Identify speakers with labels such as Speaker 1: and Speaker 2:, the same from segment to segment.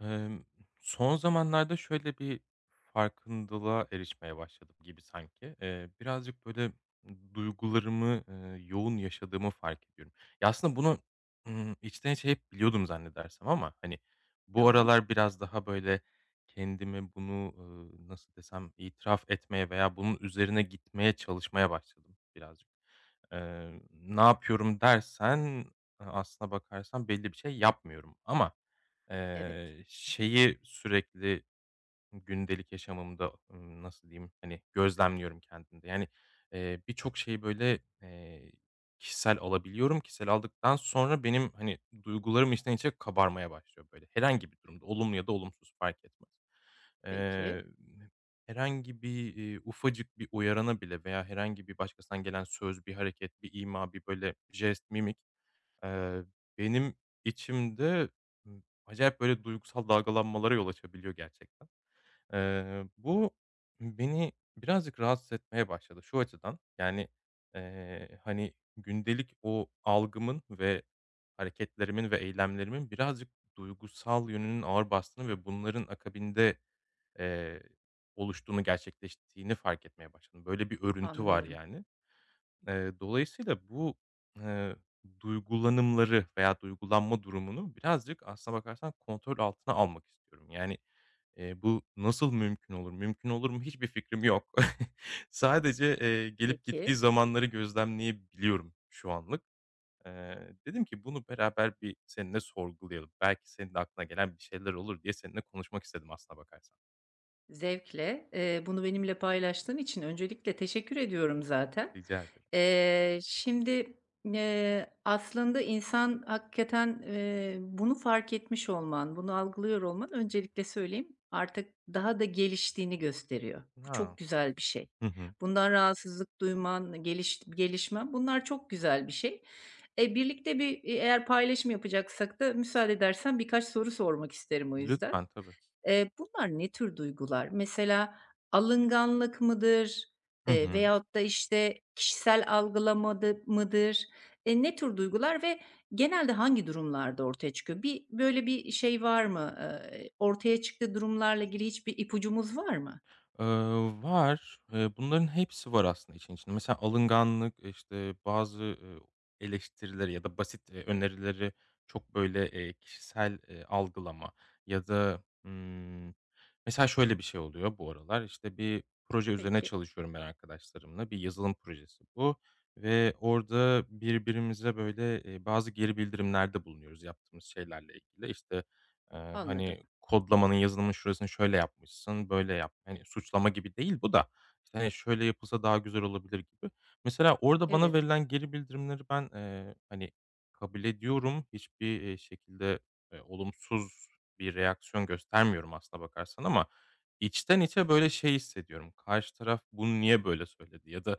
Speaker 1: Emm, son zamanlarda şöyle bir farkındalığa erişmeye başladım gibi sanki. Birazcık böyle duygularımı, yoğun yaşadığımı fark ediyorum. Ya, aslında bunu, içten içe hep biliyordum zannedersem ama, hani, bu
Speaker 2: Tamam,
Speaker 1: aralar biraz daha böyle kendime bunu, nasıl desem, itiraf etmeye veya bunun üzerine gitmeye çalışmaya başladım birazcık. Ne yapıyorum dersen, aslına bakarsan belli bir şey yapmıyorum ama
Speaker 2: evet.
Speaker 1: Şeyi sürekli gündelik yaşamımda, nasıl diyeyim, hani, gözlemliyorum kendimde. Yani, birçok şeyi, böyle, kişisel alabiliyorum. Kişisel aldıktan sonra benim, hani, duygularım içten içe kabarmaya başlıyor, böyle. Herhangi bir durumda, olumlu ya da olumsuz fark etmez.
Speaker 2: Peki,
Speaker 1: Eee, herhangi bir, ufacık bir uyarana bile veya herhangi bir başkasından gelen söz, bir hareket, bir ima, bir, böyle, jest, mimik. Eee, Benim içimde, acayip böyle duygusal dalgalanmalara yol açabiliyor gerçekten. Bu beni birazcık rahatsız etmeye başladı şu açıdan. Yani, hani, gündelik o algımın ve hareketlerimin ve eylemlerimin birazcık duygusal yönünün ağır bastığını ve bunların akabinde, eee, oluştuğunu, gerçekleştiğini fark etmeye başladım. Böyle bir örüntü var
Speaker 2: anlıyorum.
Speaker 1: yani. Dolayısıyla bu, eee, duygulanımları veya duygulanma durumunu birazcık aslına bakarsan kontrol altına almak istiyorum. Yani, bu nasıl mümkün olur? Mümkün olur mu? Hiçbir fikrim yok. Sadece, gelip
Speaker 2: Peki,
Speaker 1: gittiği zamanları gözlemleyebiliyorum şu anlık. Dedim ki bunu beraber bir seninle sorgulayalım. Belki senin de aklına gelen bir şeyler olur diye seninle konuşmak istedim aslına bakarsan.
Speaker 2: zevkle, bunu benimle paylaştığın için öncelikle teşekkür ediyorum zaten.
Speaker 1: Rica ederim.
Speaker 2: Şimdi, aslında insan hakikaten, bunu fark etmiş olman, bunu algılıyor olman öncelikle söyleyeyim, artık daha da geliştiğini gösteriyor. Bu çok
Speaker 1: Ha.
Speaker 2: güzel bir şey.
Speaker 1: Hı hı.
Speaker 2: Bundan rahatsızlık duyman, gelişmen bunlar çok güzel bir şey. E, birlikte bir, eğer paylaşım yapacaksak da müsaade edersen birkaç soru sormak isterim o yüzden.
Speaker 1: Lütfen, tabii.
Speaker 2: Bunlar ne tür duygular? Mesela alınganlık mıdır,
Speaker 1: Hı hı.
Speaker 2: veyahut da, işte, kişisel algılamadı mıdır? Ne tür duygular ve genelde hangi durumlarda ortaya çıkıyor? Bir, böyle bir şey var mı? Ortaya çıktığı durumlarla ilgili hiçbir ipucumuz var mı?
Speaker 1: Eee, var. Bunların hepsi var aslında işin içinde. Mesela alınganlık, işte, bazı, eleştirileri ya da basit, önerileri çok, böyle, kişisel, algılama ya da, mesela şöyle bir şey oluyor bu aralar. İşte bir proje üzerine
Speaker 2: Peki,
Speaker 1: çalışıyorum ben arkadaşlarımla. Bir yazılım projesi bu ve orada birbirimize, böyle, bazı geri bildirimlerde bulunuyoruz yaptığımız şeylerle ilgili. İşte,
Speaker 2: anladım.
Speaker 1: hani, kodlamanın, yazılımın şurasını şöyle yapmışsın, böyle yap. Hani, suçlama gibi değil bu da, işte, hani, şöyle yapılsa daha güzel olabilir gibi. Mesela orada bana
Speaker 2: Evet,
Speaker 1: verilen geri bildirimleri ben, hani, kabul ediyorum. Hiçbir, şekilde, olumsuz bir reaksiyon göstermiyorum aslına bakarsan ama içten içe, böyle, şey hissediyorum, karşı taraf bunu niye böyle söyledi ya da,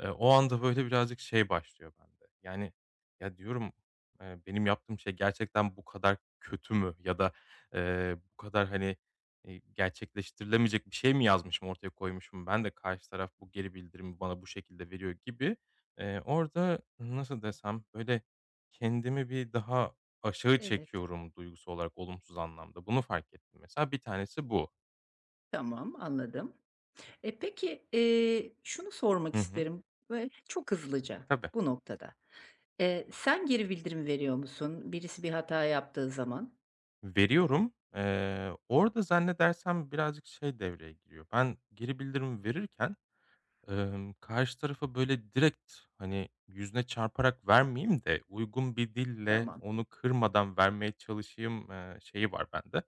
Speaker 1: o anda, böyle, birazcık şey başlıyor bende. Yani, ya, diyorum, benim yaptığım şey gerçekten bu kadar kötü mü ya da Bu kadar, hani, gerçekleştirilemeyecek bir şey mi yazmışım, ortaya koymuşum ben de karşı taraf bu geri bildirimi bana bu şekilde veriyor gibi. Orada nasıl desem, böyle, kendimi bir daha aşağı
Speaker 2: evet.
Speaker 1: çekiyorum duygusu olarak olumsuz anlamda. Bunu fark ettim mesela. Bir tanesi bu.
Speaker 2: Tamam, anladım. E, peki, şunu sormak
Speaker 1: Hı hı.
Speaker 2: isterim, böyle, çok hızlıca
Speaker 1: Tabii.
Speaker 2: bu noktada. Sen geri bildirim veriyor musun birisi bir hata yaptığı zaman?
Speaker 1: Veriyorum. Orada zannedersem birazcık şey devreye giriyor. Ben geri bildirim verirken karşı tarafa böyle direkt, hani, yüzüne çarparak vermeyeyim de uygun bir dille
Speaker 2: Tamam,
Speaker 1: onu kırmadan vermeye çalışayım, şeyi var bende.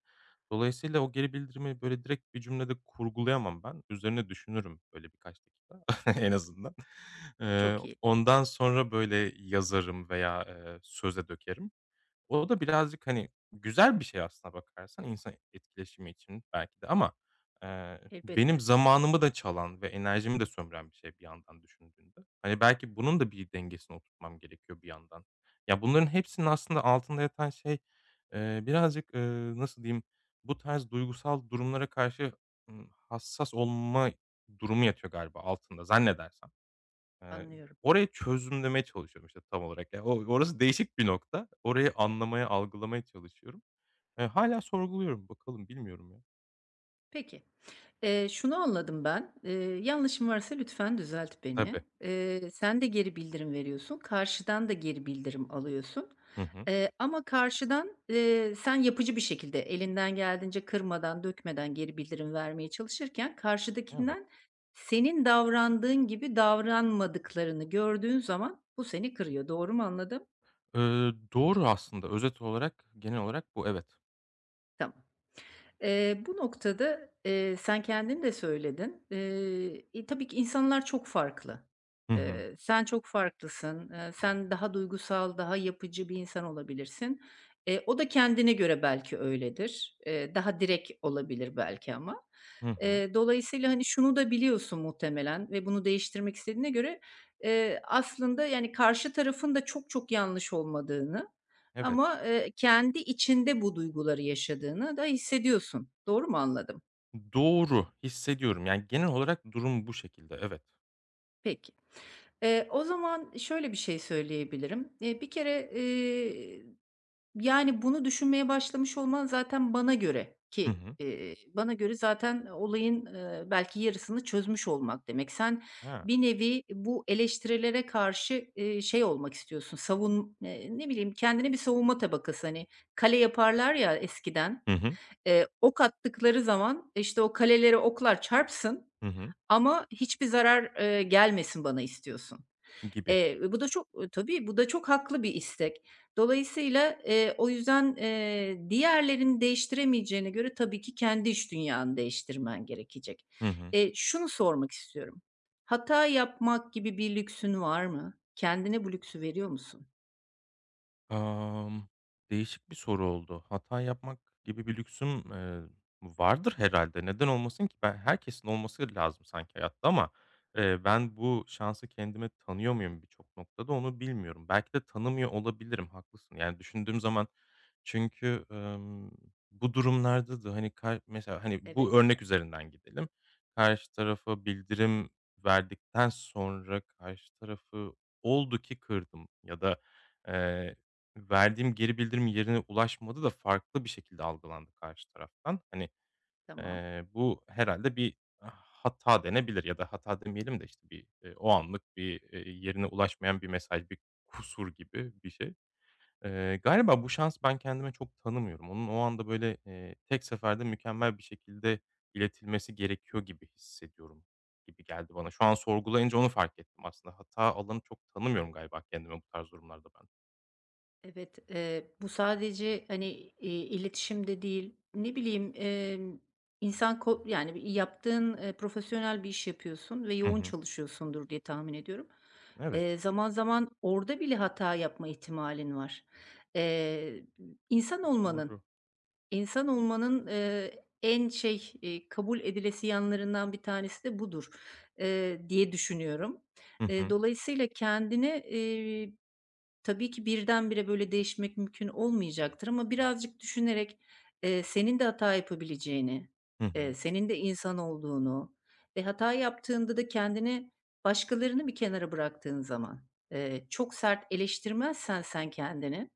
Speaker 1: Dolayısıyla o geri bildirimi böyle direkt bir cümlede kurgulayamam ben. Üzerine düşünürüm böyle birkaç dakika en azından. Eee,
Speaker 2: çok iyi.
Speaker 1: ondan sonra böyle yazarım veya, söze dökerim. O da birazcık, hani, güzel bir şey aslına bakarsan insan etkileşimi için belki de ama, benim
Speaker 2: Elbette,
Speaker 1: zamanımı da çalan ve enerjimi de sömüren bir şey bir yandan düşündüğünde. Hani, belki bunun da bir dengesini oturtmam gerekiyor bir yandan. Ya, bunların hepsinin aslında altında yatan şey, birazcık, nasıl diyeyim, bu tarz duygusal durumlara karşı, hassas olma durumu yatıyor galiba altında zannedersem. Eee,
Speaker 2: anlıyorum.
Speaker 1: orayı çözümlemeye çalışıyorum, işte, tam olarak. Ya, o orası değişik bir nokta. Orayı anlamaya, algılamaya çalışıyorum. Hâlâ sorguluyorum. Bakalım, bilmiyorum ya.
Speaker 2: Peki, şunu anladım ben, yanlışım varsa lütfen düzelt
Speaker 1: Tabii.
Speaker 2: beni. Sen de geri bildirim veriyorsun, karşıdan da geri bildirim alıyorsun,
Speaker 1: Hı hı.
Speaker 2: ama karşıdan, sen yapıcı bir şekilde elinden geldiğince kırmadan, dökmeden geri bildirim vermeye çalışırken
Speaker 1: Evet.
Speaker 2: karşıdakinden senin davrandığın gibi davranmadıklarını gördüğün zaman bu seni kırıyor. Doğru mu anladım?
Speaker 1: Doğru aslında. Özet olarak, genel olarak bu, evet.
Speaker 2: Tamam. Bu noktada, sen kendin de söyledin. E, tabii ki insanlar çok farklı.
Speaker 1: Hı hı.
Speaker 2: Sen çok farklısın. Sen daha duygusal, daha yapıcı bir insan olabilirsin. O da kendine göre belki öyledir. Daha direkt olabilir belki ama.
Speaker 1: Hı hı.
Speaker 2: Dolayısıyla, hani, şunu da biliyorsun muhtemelen ve bunu değiştirmek istediğine göre, aslında, yani, karşı tarafın da çok çok yanlış olmadığını
Speaker 1: Evet.
Speaker 2: ama, kendi içinde bu duyguları yaşadığını da hissediyorsun. Doğru mu anladım?
Speaker 1: Doğru, hissediyorum. Yani, genel olarak durum bu şekilde, evet.
Speaker 2: Peki. O zaman şöyle bir şey söyleyebilirim. Bir kere, yani, bunu düşünmeye başlamış olman zaten bana göre
Speaker 1: Hı
Speaker 2: ki,
Speaker 1: hı.
Speaker 2: bana göre zaten olayın, belki yarısını çözmüş olmak demek. Sen
Speaker 1: Ha.
Speaker 2: bir nevi bu eleştirilere karşı, şey olmak istiyorsun, ne bileyim, kendine bir savunma tabakası, hani, kale yaparlar ya eskiden.
Speaker 1: Hı hı.
Speaker 2: Ok attıkları zaman, işte, o kalelere oklar çarpsın
Speaker 1: Hı hı.
Speaker 2: ama hiçbir zarar, gelmesin bana istiyorsun.
Speaker 1: Gibi.
Speaker 2: Bu da çok e, tabii, bu da çok haklı bir istek. Dolayısıyla, o yüzden, diğerlerini değiştiremeyeceğine göre tabii ki kendi iç dünyanı değiştirmen gerekecek.
Speaker 1: Hı hı.
Speaker 2: Şunu sormak istiyorum. Hata yapmak gibi bir lüksün var mı? Kendine bu lüksü veriyor musun?
Speaker 1: Amm, değişik bir soru oldu. Hata yapmak gibi bir lüksüm, vardır herhalde. Neden olmasın ki? Ben herkesin olması lazım sanki hayatta ama, ben bu şansı kendime tanıyor muyum birçok noktada onu bilmiyorum. Belki de tanımıyor olabilirim, haklısın. Yani, düşündüğüm zaman çünkü, bu durumlarda da, hani, kar mesela, hani,
Speaker 2: Evet,
Speaker 1: bu örnek üzerinden gidelim. Karşı tarafa bildirim verdikten sonra karşı tarafı oldu ki kırdım ya da, verdiğim geri bildirim yerine ulaşmadı da farklı bir şekilde algılandı karşı taraftan. Hani,
Speaker 2: tamam.
Speaker 1: bu herhalde bir hata denebilir ya da hata demeyelim de, işte, bir, o anlık bir, yerine ulaşmayan bir mesaj, bir kusur gibi bir şey. Galiba bu şans ben kendime çok tanımıyorum. Onun o anda, böyle, tek seferde mükemmel bir şekilde iletilmesi gerekiyor gibi hissediyorum gibi geldi bana. Şu an sorgulayınca onu fark ettim aslında. Hata alanı çok tanımıyorum galiba kendime bu tarz durumlarda ben.
Speaker 2: Evet, bu sadece, hani, iletişim değil, ne bileyim, insan ko yani, bir yaptığın, profesyonel bir iş yapıyorsun ve
Speaker 1: Hı
Speaker 2: yoğun
Speaker 1: hı.
Speaker 2: çalışıyorsundur diye tahmin ediyorum.
Speaker 1: Evet,
Speaker 2: Zaman zaman orada bile hata yapma ihtimalin var. Eee, insan olmanın,
Speaker 1: doğru.
Speaker 2: insan olmanın, en şey, kabul edilesi yanlarından bir tanesi de budur, diye düşünüyorum.
Speaker 1: Hı hı.
Speaker 2: Dolayısıyla kendini, tabii ki birdenbire böyle değişmek mümkün olmayacaktır ama birazcık düşünerek, senin de hata yapabileceğini,
Speaker 1: Hı hı.
Speaker 2: senin de insan olduğunu ve hata yaptığında da kendini başkalarını bir kenara bıraktığın zaman, çok sert eleştirmezsen sen kendini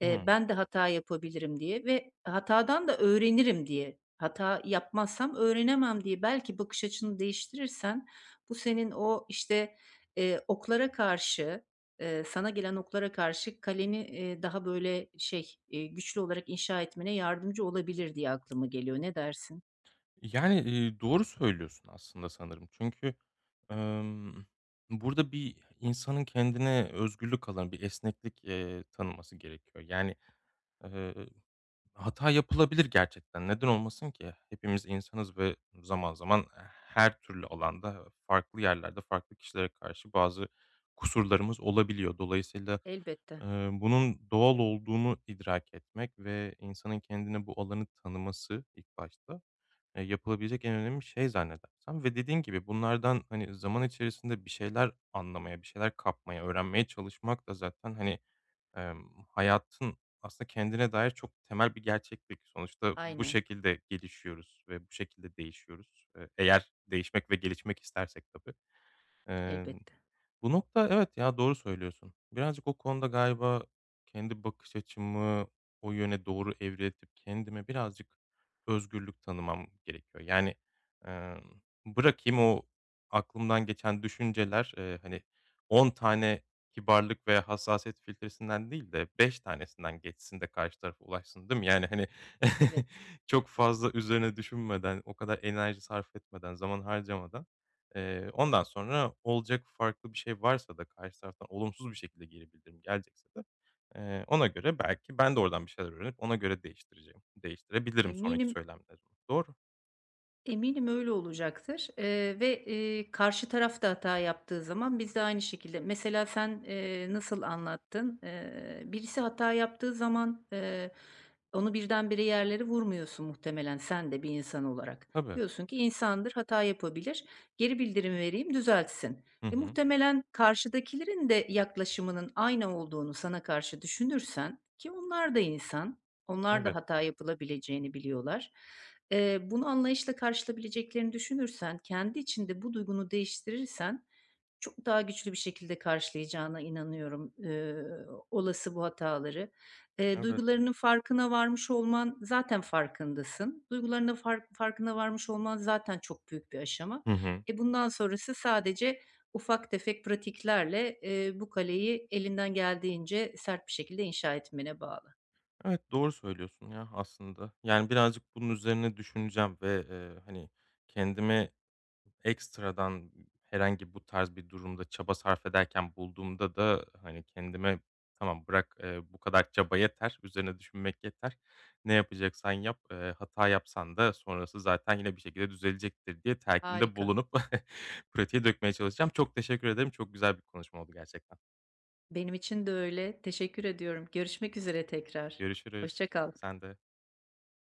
Speaker 2: eee,
Speaker 1: Hıı.
Speaker 2: ben de hata yapabilirim diye ve hatadan da öğrenirim diye. Hata yapmazsam öğrenemem diye. Belki bakış açını değiştirirsen bu senin o, işte, oklara karşı, sana gelen oklara karşı kaleni, daha böyle şey, güçlü olarak inşa etmene yardımcı olabilir diye aklıma geliyor. Ne dersin?
Speaker 1: Yani, doğru söylüyorsun aslında sanırım. Çünkü, emm, burada bir insanın kendine özgürlük alanı, bir esneklik, tanıması gerekiyor. Yani, eee hata yapılabilir gerçekten. Neden olmasın ki? Hepimiz insanız ve zaman zaman her türlü alanda, farklı yerlerde, farklı kişilere karşı bazı kusurlarımız olabiliyor. Dolayısıyla,
Speaker 2: Elbette.
Speaker 1: bunun doğal olduğunu idrak etmek ve insanın kendine bu alanı tanıması ilk başta, yapılabilecek en önemli şey zannedersem ve dediğin gibi bunlardan, hani, zaman içerisinde bir şeyler anlamaya, bir şeyler kapmaya, öğrenmeye çalışmak da zaten, hani, hayatın aslında kendine dair çok temel bir gerçeklik. Sonuçta bu
Speaker 2: Aynen,
Speaker 1: şekilde gelişiyoruz ve bu şekilde değişiyoruz. Eğer değişmek ve gelişmek istersek tabii.
Speaker 2: elbette.
Speaker 1: Bu nokta evet ya, doğru söylüyorsun. Birazcık o konuda galiba kendi bakış açımı o yöne doğru evriltip kendime birazcık özgürlük tanımam gerekiyor. Yani, emm, bırakayım o aklımdan geçen düşünceler, hani, 10 tane kibarlık ve hassasiyet filtresinden değil de 5 tanesinden geçsin de karşı tarafa ulaşsın, değil mi? Yani, hani,
Speaker 2: Evet.
Speaker 1: çok fazla üzerine düşünmeden, o kadar enerji sarf etmeden, zaman harcamadan ondan sonra olacak farklı bir şey varsa da karşı taraftan olumsuz bir şekilde geri bildirim gelecekse de, ona göre belki ben de oradan bir şeyler öğrenip ona göre değiştireceğim değiştirebilirim sonraki
Speaker 2: Eminim
Speaker 1: söylemlerimi. Doğru.
Speaker 2: Eminim öyle olacaktır, ve, karşı taraf da hata yaptığı zaman biz de aynı şekilde mesela sen, nasıl anlattın? Birisi hata yaptığı zaman, onu birdenbire yerlere vurmuyorsun muhtemelen sen de bir insan olarak.
Speaker 1: Tabii.
Speaker 2: Diyorsun ki insandır, hata yapabilir, geri bildirim vereyim, düzeltsin.
Speaker 1: Hı
Speaker 2: E,
Speaker 1: hı.
Speaker 2: muhtemelen karşıdakilerin de yaklaşımının aynı olduğunu sana karşı düşünürsen ki onlar da insan, onlar da
Speaker 1: Evet,
Speaker 2: hata yapılabileceğini biliyorlar. Bunu anlayışla karşılayabileceklerini düşünürsen, kendi içinde bu duygunu değiştirirsen çok daha güçlü bir şekilde karşılayacağına inanıyorum, olası bu hataları.
Speaker 1: evet.
Speaker 2: Duygularının farkına varmış olman zaten farkındasın. Duygularının farkına varmış olman zaten çok büyük bir aşama.
Speaker 1: Hı hı.
Speaker 2: E, bundan sonrası sadece ufak tefek pratiklerle, bu kaleyi elinden geldiğince sert bir şekilde inşa etmene bağlı.
Speaker 1: Evet, doğru söylüyorsun ya aslında. Yani birazcık bunun üzerine düşüneceğim ve, hani, kendime ekstradan herhangi bu tarz bir durumda çaba sarf ederken bulduğumda da, hani, kendime "Tamam, bırak, bu kadar çaba yeter, üzerine düşünmek yeter. Ne yapacaksan yap, hata yapsan da sonrası zaten yine bir şekilde düzelecektir." diye telkinde
Speaker 2: Harika.
Speaker 1: bulunup pratiğe dökmeye çalışacağım. Çok teşekkür ederim. Çok güzel bir konuşma oldu gerçekten.
Speaker 2: Benim için de öyle. Teşekkür ediyorum. Görüşmek üzere tekrar.
Speaker 1: Görüşürüz.
Speaker 2: Hoşça kal.
Speaker 1: Sen de.